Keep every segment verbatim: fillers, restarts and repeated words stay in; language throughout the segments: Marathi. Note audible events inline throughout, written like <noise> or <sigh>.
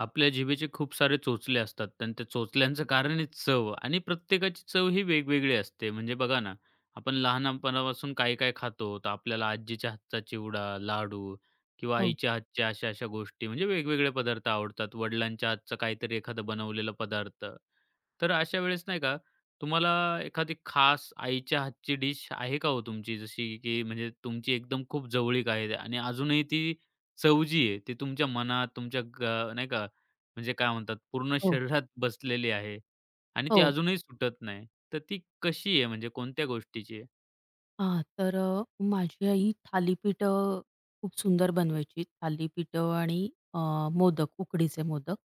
आपल्या जिभेचे खूप सारे चोचले असतात आणि त्या चोचल्यांचं कारण आहे चव आणि प्रत्येकाची चव ही वेगवेगळी असते. म्हणजे बघा ना, आपण लहानपणापासून काय, काय खातो, तर आपल्याला आजीच्या हातचा चिवडा, लाडू किंवा हो, आईच्या हातच्या अशा-अशा गोष्टी म्हणजे वेगवेगळे पदार्थ आवडतात. वडिलांच्या हातचा काहीतरी एखादा बनवलेला पदार्थ. तर अशा वेळेस नाही का, तुम्हाला एखादी खास आईच्या हातची डिश आहे का हो तुमची? जशी की म्हणजे तुमची एकदम खूप जवळीक आहे आणि अजूनही ती चव जी आहे, ती तुमच्या मनात, तुमच्या ग नाही का, म्हणजे काय म्हणतात, पूर्ण हो, शरीरात बसलेली आहे आणि ती हो. अजूनही सुटत नाही. तर ती कशी आहे, म्हणजे कोणत्या गोष्टीची आहे? हां, तर अ, माझी आई थालीपीठं खूप सुंदर बनवायची. थालीपीठं आणि अ, मोदक, उकडीचे मोदक.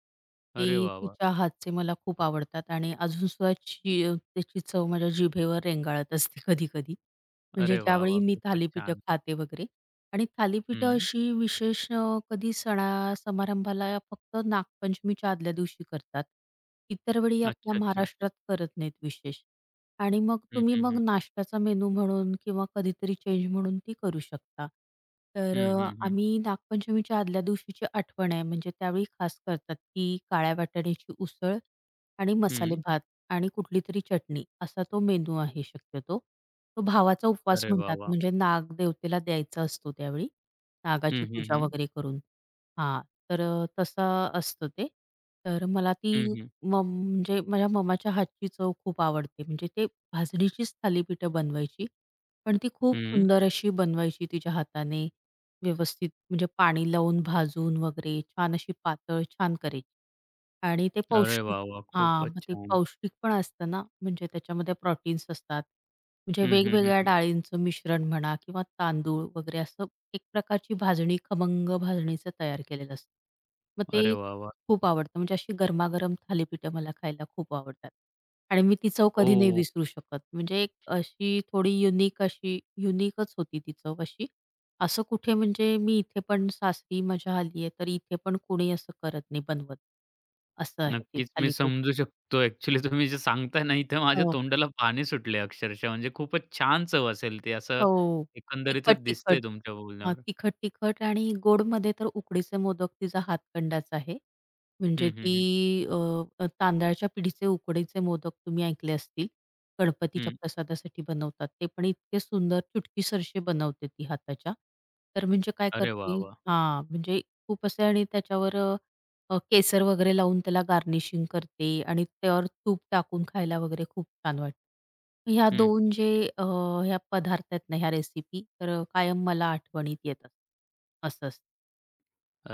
ते अरे वाह, वाह! तिच्या हातचे मला खूप आवडतात आणि अजूनसुद्धा ची त्याची चव माझ्या जिभेवर रेंगाळत असते <laughs> कधी-कधी. म्हणजे अरे वाह, ज्यावेळी वाह! मी खूपच थालीपीठं छान. खाते वगैरे आणि थालीपीठं हं. अशी विशेष अ, कधी सणा-समारंभाला फक्त नागपंचमीच्या आदल्या दिवशी करतात. इतर वेळी अच्छा, आपल्या अच्छा. महाराष्ट्रात करत नाहीत विशेष. आणि मग हं, तुम्ही हं, हं. मग नाश्त्याचा मेनू म्हणून किंवा कधीतरी चेंज म्हणून ती करू शकता. तर हं, अ, हं, हं. आम्ही नागपंचमीच्या आदल्या दिवशीची आठवण आहे म्हणजे त्यावेळी खास करतात ती काळ्या वाटाण्याची उसळ आणि मसाले भात आणि कुठली तरी चटणी असा तो मेनू आहे शक्यतो. तो भावाचा उपवास अरे वाह, म्हणतात वाह! म्हणजे नाग देवतेला द्यायचा असतो त्यावेळी. हं, नागाची हं, पूजा हं. वगैरे करून. हां, तर अ, तसं असतं ते. तर मला ती हं, हं. मम म्हणजे माझ्या मम्माच्या हातची चव खूप आवडते म्हणजे ते भाजणीचीच थालीपीठं बनवायची. पण ती खूप हं. सुंदर अशी बनवायची तिच्या हाताने. व्यवस्थित म्हणजे पाणी लावून भाजून वगैरे छान अशी पातळ छान करायची. आणि ते अरे पौष्टिक वाह, वाह! हां, खूपच मग ते छान. पौष्टिक पण असतं ना, म्हणजे त्याच्यामध्ये प्रोटीन्स असतात. म्हणजे हं, हं, हं, वेगवेगळ्या हं. डाळींचं मिश्रण म्हणा किंवा तांदूळ वगैरे असं एक प्रकारची भाजणी खमंग भाजणीचं तयार केलेलं असतं. मग ते अरे वाह, वाह! खूप आवडतं. म्हणजे अशी गरमागरम थालीपीठं मला खायला खूप आवडतात. आणि मी ती चव कधी नाही हो, विसरू शकत. म्हणजे एक अशी थोडी युनिक अशी युनिकच होती ती चव अशी. असं कुठे म्हणजे मी इथे पण सासरी माझ्या आली आहे, तर इथे पण कोणी असं करत नाही बनवत. असं आहे ते नक्कीच मी थालीपीठ. समजू शकतो. ॲक्चुअली तुम्ही जे सांगताय ना, इथे माझ्या हो. तोंडाला पाणी सुटले अक्षरशः. म्हणजे खूपच छान चव असेल ती, असं हो. एकंदरीतच दिसतंय तिखट-तिखट. तुमच्या हां, बोलण्यावर. तिखट-तिखट आणि गोडमध्ये तर उकडीचे मोदक तिचा हातखंडाच आहे. म्हणजे हं, हं, ती हं. अ, अ, तांदळाच्या पिढीचे उकडीचे मोदक तुम्ही ऐकले असतील. गणपतीच्या हं. प्रसादासाठी बनवतात. ते पण इतके सुंदर चुटकीसरसे बनवते ती हाताच्या. तर म्हणजे काय अरे वाह, करते वाह! हां, म्हणजे खूप असे आणि त्याच्यावर अ, केसर वगैरे लावून त्याला गार्निशिंग करते आणि त्यावर तूप टाकून खायला वगैरे खूप छान वाटतं. ह्या हं. दोन जे अ, ह्या पदार्थ आहेत ना, ह्या रेसिपी तर कायम मला आठवणीत येतात. असं असतं.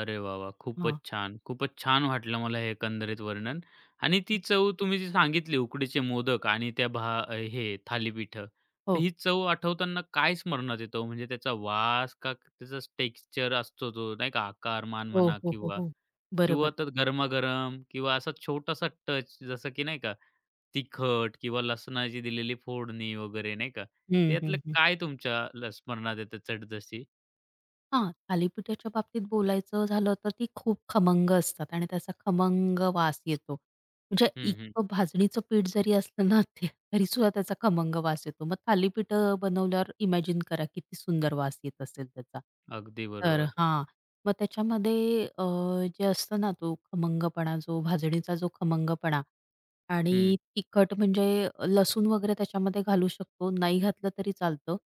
अरे वाह, वाह! खूपच हां. छान. खूपच छान वाटलं मला हे एकंदरीत वर्णन आणि ती चव तुम्ही जी सांगितली उकडीचे मोदक आणि त्या भा अ, हे थालीपीठं. तर हो. ही चव आठवताना काय स्मरणात येतं? हो? म्हणजे त्याचा वास का त्याचा टेक्स्चर असतो तो नाही का आकार, मान हो, म्हणा हो, हो, किंवा हो. बरोबर. किंवा तर गरमागरम किंवा असा छोटासा टच जसं की नाही का तिखट किंवा लसणाची दिलेली फोडणी वगैरे नाही का? तर हं, यातलं हं, हं. काय तुमच्या ल स्मरणात येतं चटजशी? हां, थालीपीठाच्या बाबतीत बोलायचं झालं तर ती खूप खमंग असतात आणि त्याचा खमंग वास येतो. म्हणजे हं, हं. इतकं भाजणीचं पीठ जरी असलं ना ते तरी सुद्धा त्याचा खमंग वास येतो. मग थालीपीठं बनवल्यावर इमॅजिन करा किती सुंदर वास येत असेल त्याचा. अगदी तर बरोबर. हां, मग त्याच्यामध्ये अ, जे असतं ना तो खमंगपणा जो भाजणीचा जो खमंगपणा आणि हं, तिखट म्हणजे लसूण वगैरे त्याच्यामध्ये घालू शकतो. नाही घातलं तरी चालतं.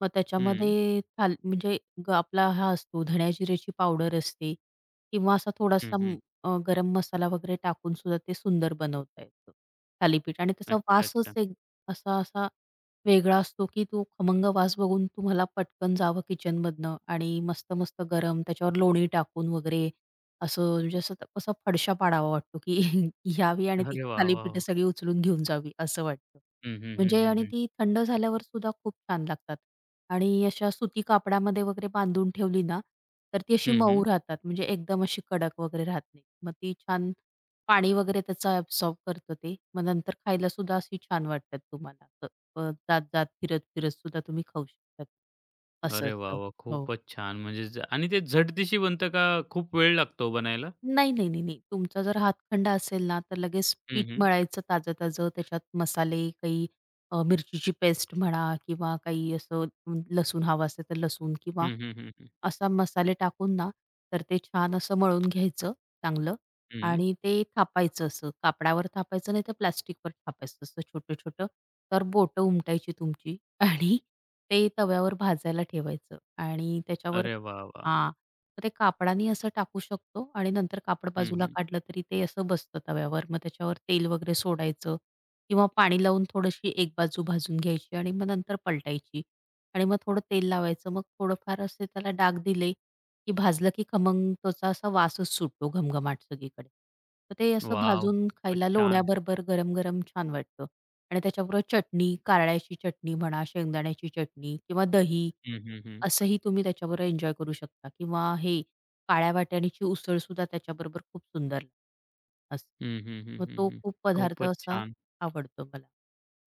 मग हं, त्याच्यामध्ये थाल म्हणजे ग आपला हा असतो धण्या-जिऱ्याची पावडर असते किंवा असा हं, थोडासा म- हं. अ, गरम मसाला वगैरे टाकून सुद्धा ते सुंदर बनवता येतं थालीपीठ आणि त्याचा अच्छा, वासच अच्छा. एक असा असा वेगळा असतो, की तो खमंग वास बघून तुम्हाला पटकन जावं किचनमधनं आणि मस्त-मस्त गरम त्याच्यावर लोणी टाकून वगैरे असं म्हणजे असं त- कसा फडशा पाडावा वाटतो, की <laughs> घ्यावी आणि ती अरे वाह, वाह, थालीपीठं वाह! सगळी उचलून घेऊन जावी असं वाटतं. हं, हं, हं, म्हणजे हं, आणि हं. ती थंड झाल्यावर सुद्धा खूप छान लागतात. आणि अशा सुती कापडामध्ये वगैरे बांधून ठेवली ना, तर ती अशी हं, हं. मऊ राहतात. म्हणजे एकदम अशी कडक वगैरे राहत नाही. मग ती छान पाणी वगैरे त्याचं ॲब्सॉर्ब करतं ते. मग नंतर खायला सुद्धा अशी छान वाटतात तुम्हाला. असं, अ, जात-जात, फिरत-फिरत सुद्धा तुम्ही खाऊ शकतात. असं अरे वाह, असतं. वाह! हो. खूपच छान. म्हणजे ज आणि ते झटदिशी बनतं का खूप वेळ लागतो बनायला? नाही, नाही, नाही, नाही. तुमचा जर हातखंडा असेल ना, तर लगेच हं, पीठ हं. मळायचं ताजं-ताजं. त्याच्यात मसाले काही अ, मिरचीची पेस्ट म्हणा किंवा काही असं अम, लसूण हवं असेल तर लसूण किंवा हं, हं, हं, हं. असा मसाले टाकून ना, तर ते छान असं मळून घ्यायचं चांगलं हं. आणि ते थापायचं असं. कापडावर थापायचं नाही तर प्लास्टिकवर थापायचं असं छोटं-छोटं. तर बोटं उमटायची तुमची <laughs> आणि ते तव्यावर भाजायला ठेवायचं आणि त्याच्यावर अरे वाह, वाह! हां. तर ते कापडाने असं टाकू शकतो आणि नंतर कापड हं, बाजूला हं. काढलं तरी ते असं बसतं तव्यावर. मग त्याच्यावर तेल वगैरे सोडायचं किंवा पाणी लावून थोडीशी एक बाजू भाजून घ्यायची आणि मग नंतर पलटायची आणि मग थोडं तेल लावायचं. मग थोडंफार असे त्याला डाग दिले, की भाजलं की खमंग त्याचा असा वासच सुटतो घमघमाट सगळीकडे. तर ते असं वॉव! भाजून खूपच खायला छान. लोण्याबरोबर गरम-गरम छान वाटतं. आणि त्याच्याबरोबर चटणी, कारळ्याची चटणी म्हणा, शेंगदाण्याची चटणी किंवा दही हं, हं, हं. असंही तुम्ही त्याच्याबरोबर एन्जॉय करू शकता किंवा हे काळ्या वाटाण्याची उसळ सुद्धा त्याच्याबरोबर खूप सुंदर लागते असं. हं, हं, मग हं, तो हं, खूप पदार्थ खूपच असा छान. आवडतो मला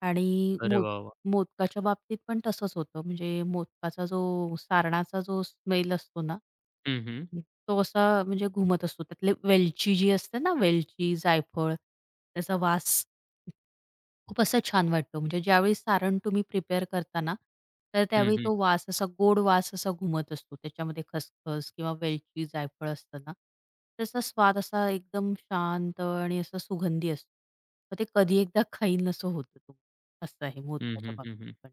आणि अरे मोद वाह, वाह! मोदकाच्या बाबतीत पण तसंच होतं. म्हणजे मोदकाचा जो सारणाचा जो स्मेल असतो ना, हं, हं. तो असा म्हणजे घुमत असतो. त्यातले वेलची जी असते ना, वेलची, जायफळ त्याचा वास खूप असं छान वाटतो. म्हणजे ज्यावेळी सारण तुम्ही प्रिपेअर करता ना, तर हं, त्यावेळी हं. तो वास असा गोड वास असा घुमत असतो. त्याच्यामध्ये खसखस किंवा वेलची, जायफळ असतं ना, त्याचा स्वाद असा एकदम शांत आणि असा सुगंधी असतो. मग ते कधी एकदा खाईन असं होतं. तो असं आहे हं, मोदकाच्या हं, बाबतीत हं, पण.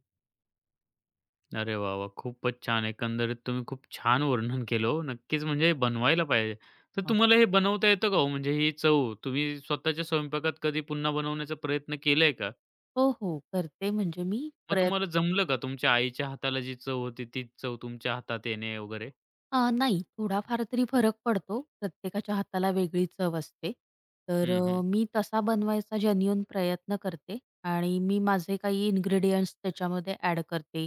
अरे वाह, वाह! खूपच छान. एकंदरीत तुम्ही खूप छान वर्णन केलं हो. नक्कीच म्हणजे बनवायला पाहिजे. तर हो, तुम्हाला हे बनवता येतं का हो? म्हणजे ही चव तुम्ही स्वतःच्या स्वयंपाकात कधी पुन्हा बनवण्याचा प्रयत्न केलाय का? हो. हो, करते म्हणजे मी मग तुम्हाला प्रयत्न जमलं का? तुमच्या आईच्या हाताला जी चव होती तीच चव तुमच्या हातात येणे वगैरे? अ, नाही, थोडाफार तरी फरक पडतो. प्रत्येकाच्या हाताला वेगळी चव असते. तर हं, अ, हं. मी तसा बनवायचा जेन्युइन प्रयत्न करते आणि मी माझे काही इन्ग्रीडियंट्स त्याच्यामध्ये ॲड करते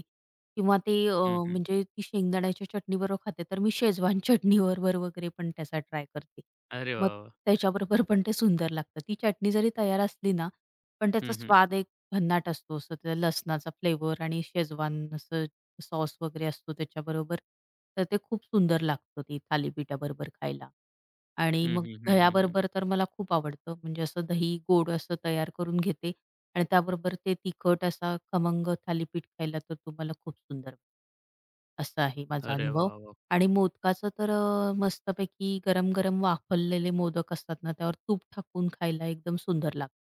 किंवा ते अ, हं, हं. म्हणजे ती शेंगदाण्याच्या चटणीबरोबर खाते, तर मी शेजवान <laughs> चटणीबरोबर वगैरे पण त्याचा ट्राय करते. अरे मग वाह, वाह! त्याच्याबरोबर पण ते सुंदर लागतं. ती चटणी जरी तयार असली ना, पण त्याचा हं, हं. स्वाद एक भन्नाट असतो. असं त्या लसणाचा फ्लेवर आणि शेजवान असं सॉस वगैरे असतो त्याच्याबरोबर. तर ते खूप सुंदर लागतं ते थालीपीठाबरोबर खायला. आणि हं, मग हं, हं, हं, दह्याबरोबर तर मला खूप आवडतं. म्हणजे असं दही गोड असं तयार करून घेते आणि त्याबरोबर ते तिखट असा खमंग थालीपीठ खायला तर तुम्हाला खूप सुंदर असा आहे माझा अरे अनुभव. वाह, वाह! आणि मोदकाचं तर अ, मस्तपैकी गरम-गरम वाफललेले मोदक असतात ना, त्यावर तूप टाकून खायला एकदम सुंदर लागतं.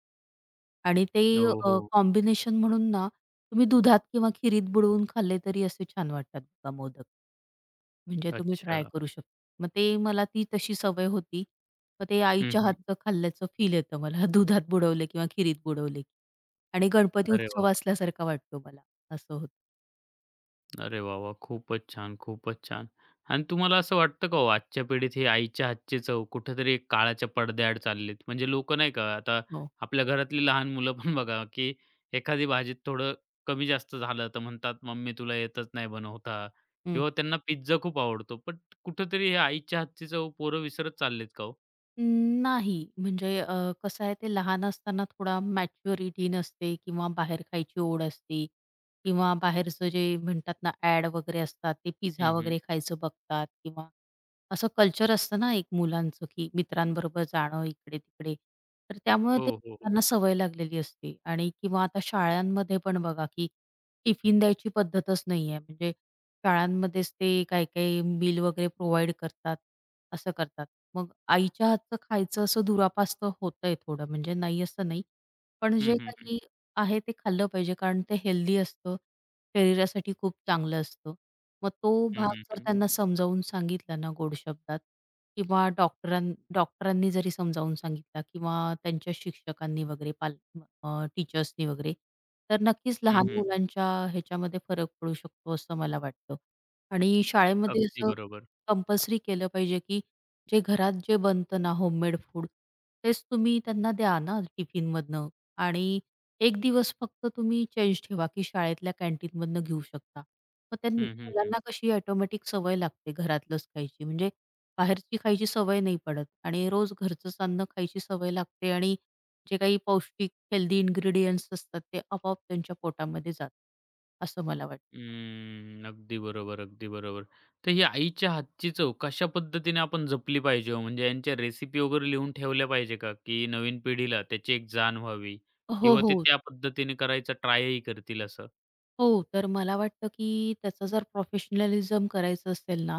आणि ते हो, हो. कॉम्बिनेशन म्हणून ना, तुम्ही दुधात किंवा खिरीत बुडवून खाल्ले तरी असे छान वाटतात बघा मोदक. म्हणजे तुम्ही अच्छा. ट्राय करू शकता. मग ते मला ती तशी सवय होती. मग ते हं, आईच्या हं. हातचं खाल्ल्याचं फील येतं मला <laughs> दुधात बुडवले किंवा खिरीत बुडवले. की. आणि गणपती अरे वाह, उत्सव वाह! असल्यासारखा वाटतो मला. असं होतं. अरे वाह, वाह! खूपच छान, खूपच छान. आणि तुम्हाला असं वाटतं का हो, आजच्या पिढीत हे आईच्या हातची चव कुठेतरी एक काळाच्या पडद्याआड चाललीत? म्हणजे लोकं नाही का, आता हो. आपल्या घरातली लहान मुलं पण बघा, की एखादी भाजीत थोडं कमी जास्त झालं, तर म्हणतात, "मम्मी तुला येतच नाही बनवता" किंवा त्यांना पिझ्झा खूप आवडतो. पण कुठेतरी हे आईच्या हातची चव पोरं विसरत चाललेत का हो? अं, नाही. म्हणजे अ, कसं आहे ते लहान असताना थोडा मॅच्युरिटी नसते किंवा बाहेर खायची ओढ असते किंवा बाहेरचं जे म्हणतात ना ॲड वगैरे असतात ते पिझ्झा हं, हं. वगैरे खायचं बघतात किंवा असं कल्चर असतं ना एक मुलांचं की मित्रांबरोबर जाणं इकडे-तिकडे. तर त्यामुळे ते हो, हो, हो. त्यांना सवय लागलेली असते आणि किंवा आता शाळांमध्ये पण बघा की टिफिन द्यायची पद्धतच नाहीये. म्हणजे शाळांमध्येच ते काही-काही मील वगैरे प्रोव्हाईड करतात, असं करतात. मग आईच्या हातचं खायचं असं दुरापास्त होतंय थोडं, म्हणजे नाही असं नाही. पण हं, जे हं, काही आहे ते खाल्लं पाहिजे कारण ते हेल्दी असतं. शरीरासाठी खूप चांगलं असतं. मग तो हं, भाग हं, जर हं, हं. त्यांना समजावून सांगितला ना गोड शब्दात किंवा डॉक्टरां डॉक्टरांनी जरी समजावून सांगितला किंवा त्यांच्या शिक्षकांनी वगैरे पाल अ, टीचर्सनी वगैरे, तर नक्कीच लहान हं, मुलांच्या ह्याच्यामध्ये फरक पडू शकतो असं मला वाटतं. आणि शाळेमध्ये अगदी असं बरोबर. कंपल्सरी केलं पाहिजे की जे घरात जे बनतं ना होममेड फूड, तेच तुम्ही त्यांना द्या ना टिफिनमधनं आणि एक दिवस फक्त तुम्ही चेंज ठेवा, की शाळेतल्या कॅन्टीनमधनं घेऊ शकता. मग त्या हं, हं, हं. मुलांना कशी ऑटोमॅटिक सवय लागते घरातलंच खायची. म्हणजे बाहेरची खायची सवय नाही पडत आणि रोज घरचंच अन्न खायची सवय लागते आणि जे काही पौष्टिक हेल्दी इन्ग्रीडियंट्स असतात, ते आपोआप त्यांच्या पोटामध्ये जातात, असं मला वाटतं. हम्म, अगदी बरोबर, अगदी बरोबर. तर ही आईच्या हातची चव कशा पद्धतीने आपण जपली पाहिजे हो? म्हणजे यांच्या रेसिपी वगैरे लिहून ठेवल्या पाहिजे का? की नवीन पिढीला त्याची एक जाण व्हावी हो, किंवा ते हो. त्या पद्धतीने करायचा ट्रायही करतील असं? हो, तर मला वाटतं, की त्याचं जर प्रोफेशनलिझम करायचं असेल ना,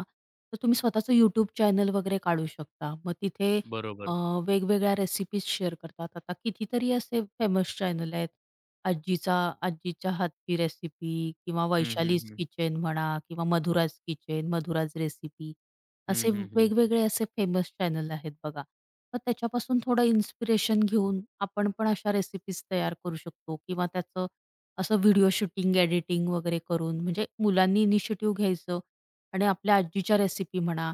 तर तुम्ही स्वतःचं YouTube चॅनल वगैरे काढू शकता. मग तिथे अ, बरोबर. वेगवेगळ्या रेसिपीज शेअर करतात. आता कितीतरी असे फेमस चॅनल आहेत. आजीचा आजीच्या हातची रेसिपी किंवा हं, हं, वैशालीज हं. किचन म्हणा किंवा मधुराज किचन, मधुराज रेसिपी हं, असे हं, हं. वेगवेगळे असे फेमस चॅनल आहेत बघा. मग त्याच्यापासून थोडं इन्स्पिरेशन घेऊन आपण पण अशा रेसिपीज तयार करू शकतो किंवा त्याचं असं व्हिडिओ शूटिंग, एडिटिंग वगैरे करून म्हणजे मुलांनी इनिशिएटिव्ह घ्यायचं आणि आपल्या आजीच्या रेसिपी म्हणा,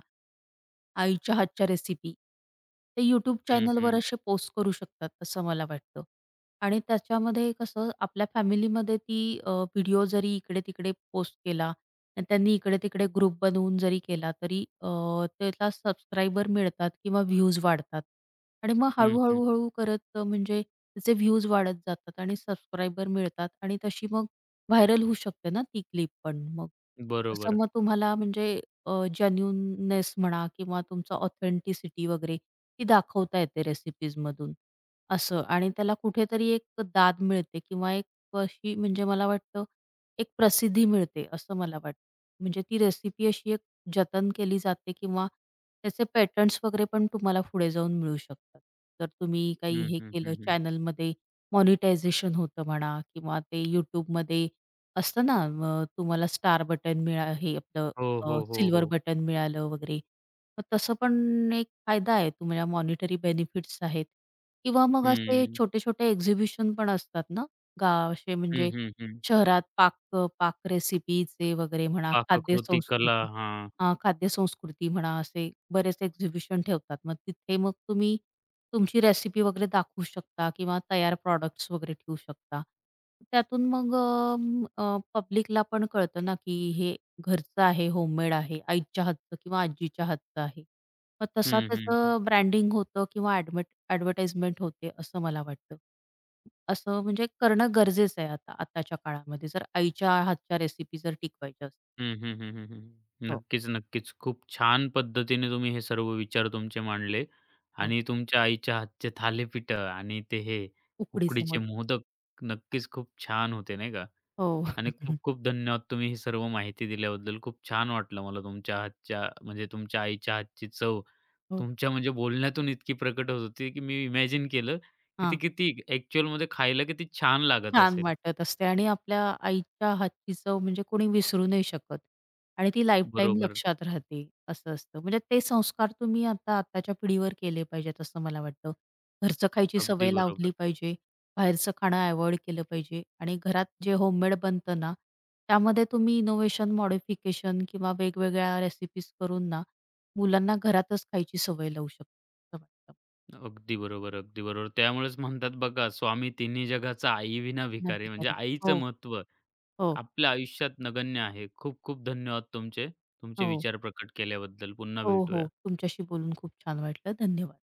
आईच्या हातच्या रेसिपी, ते YouTube हं, चॅनलवर हं. असे पोस्ट करू शकतात असं मला वाटतं. आणि त्याच्यामध्ये कसं आपल्या फॅमिलीमध्ये ती अ, व्हिडिओ जरी इकडे-तिकडे पोस्ट केला आणि त्यांनी इकडे-तिकडे ग्रुप बनवून जरी केला तरी अ, त्याला सबस्क्रायबर मिळतात किंवा व्ह्यूज वाढतात. आणि मग हं, हं. हळू-हळू, हळू करत अ, म्हणजे त्याचे व्ह्यूज वाढत जातात आणि सबस्क्रायबर मिळतात आणि तशी मग व्हायरल होऊ शकते ना ती क्लिप पण मग. तसं बरोबर. मग तुम्हाला म्हणजे अ, जेन्युइननेस म्हणा किंवा तुमचं ऑथेंटिसिटी वगैरे ती दाखवता येते रेसिपीजमधून असं आणि त्याला कुठेतरी एक दाद मिळते किंवा एक अशी म्हणजे मला वाटतं एक प्रसिद्धी मिळते असं मला वाटतं. म्हणजे ती रेसिपी अशी जतन केली जाते किंवा त्याचे पॅटर्न्स वगैरे पण तुम्हाला पुढे जाऊन मिळू शकतात. जर तुम्ही काही हं, हे हं, केलं हं, हं. चॅनलमध्ये मॉनिटायझेशन होतं म्हणा किंवा ते YouTubeमध्ये असतं ना अ, तुम्हाला स्टार बटन मिळा हे आपलं हो, हो, हो, हो. सिल्वर बटन मिळालं वगैरे. मग तसं पण एक फायदा आहे तुम्हाला मॉनिटरी बेनिफिट्स आहेत किंवा मग असे हं. छोटे-छोटे एक्झिबिशन पण असतात ना गा असे हं, म्हणजे हं, हं. शहरात पाक पाक रेसिपीचे वगैरे म्हणा, खाद्य पाककृती कला. संस्कृती. हां. अ, खाद्यसंस्कृती म्हणा, असे बरेच एक्झिबिशन ठेवतात. मग तिथे मग तुम्ही तुमची रेसिपी वगैरे दाखवू शकता किंवा तयार प्रॉडक्ट्स वगैरे ठेवू शकता. त्यातून मग अ, अ, पब्लिकला पण कळतं ना, की हे घरचं आहे, होममेड आहे, आईच्या हातचं किंवा आजीच्या हातचं आहे. मग तसा हं, हं, त्याचं ब्रँडिंग होतं किंवा ॲडमेट ॲडव्हर्टाइजमेंट होते, असं मला वाटतं. असं म्हणजे करणं गरजेचं आहे आता आताच्या काळामध्ये, जर आईच्या हातच्या रेसिपी जर टिकवायच्या असतील. हं, हं, हं, हं, हं. हो, नक्कीच, नक्कीच. खूप छान पद्धतीने तुम्ही हे सर्व विचार तुमचे मांडले हो. आणि तुमच्या आईच्या हातचे थालीपीठं आणि ते हे उकडीचे उकडीचे मोदक. मोदक नक्कीच खूप छान होते, नाही का? हो. आणि <laughs> खूप-खूप धन्यवाद तुम्ही ही सर्व माहिती दिल्याबद्दल. खूप छान वाटलं मला तुमच्या हातच्या म्हणजे तुमच्या आईच्या हातची चव हो. तुमच्या म्हणजे बोलण्यातून इतकी प्रकट होत होती, की मी इमॅजिन केलं, की ती हां. किती ॲक्चुअलमध्ये खायला किती छान लागत छान असेल. वाटत असते आणि आपल्या आईच्या हातची चव म्हणजे कोणी विसरू नाही शकत आणि ती लाईफटाईम बरोबर. लक्षात राहते, असं असतं. म्हणजे ते संस्कार तुम्ही आता आताच्या पिढीवर केले पाहिजेत असं मला वाटतं. घरचं खायची अगदी सवय बरोबर. लावली पाहिजे, बाहेरचं खाणं अव्हॉइड केलं पाहिजे आणि घरात जे होममेड बनतं ना, त्यामध्ये तुम्ही इनोव्हेशन, मॉडिफिकेशन किंवा वेगवेगळ्या रेसिपीज करून ना, मुलांना घरातच खायची सवय लावू शकतो असं वाटतं. अगदी बरोबर, अगदी बरोबर. त्यामुळेच म्हणतात बघा, स्वामी तिन्ही जगाचा आईविना भिकारी. म्हणजे नक्की, आईचं हो, महत्त्व हो, आपल्या आयुष्यात नगण्य आहे. खूप खूप धन्यवाद तुमचे. तुमचे हो. विचार प्रकट केल्याबद्दल. पुन्हा हो, भेटूया. हो. तुमच्याशी बोलून खूप छान वाटलं. धन्यवाद.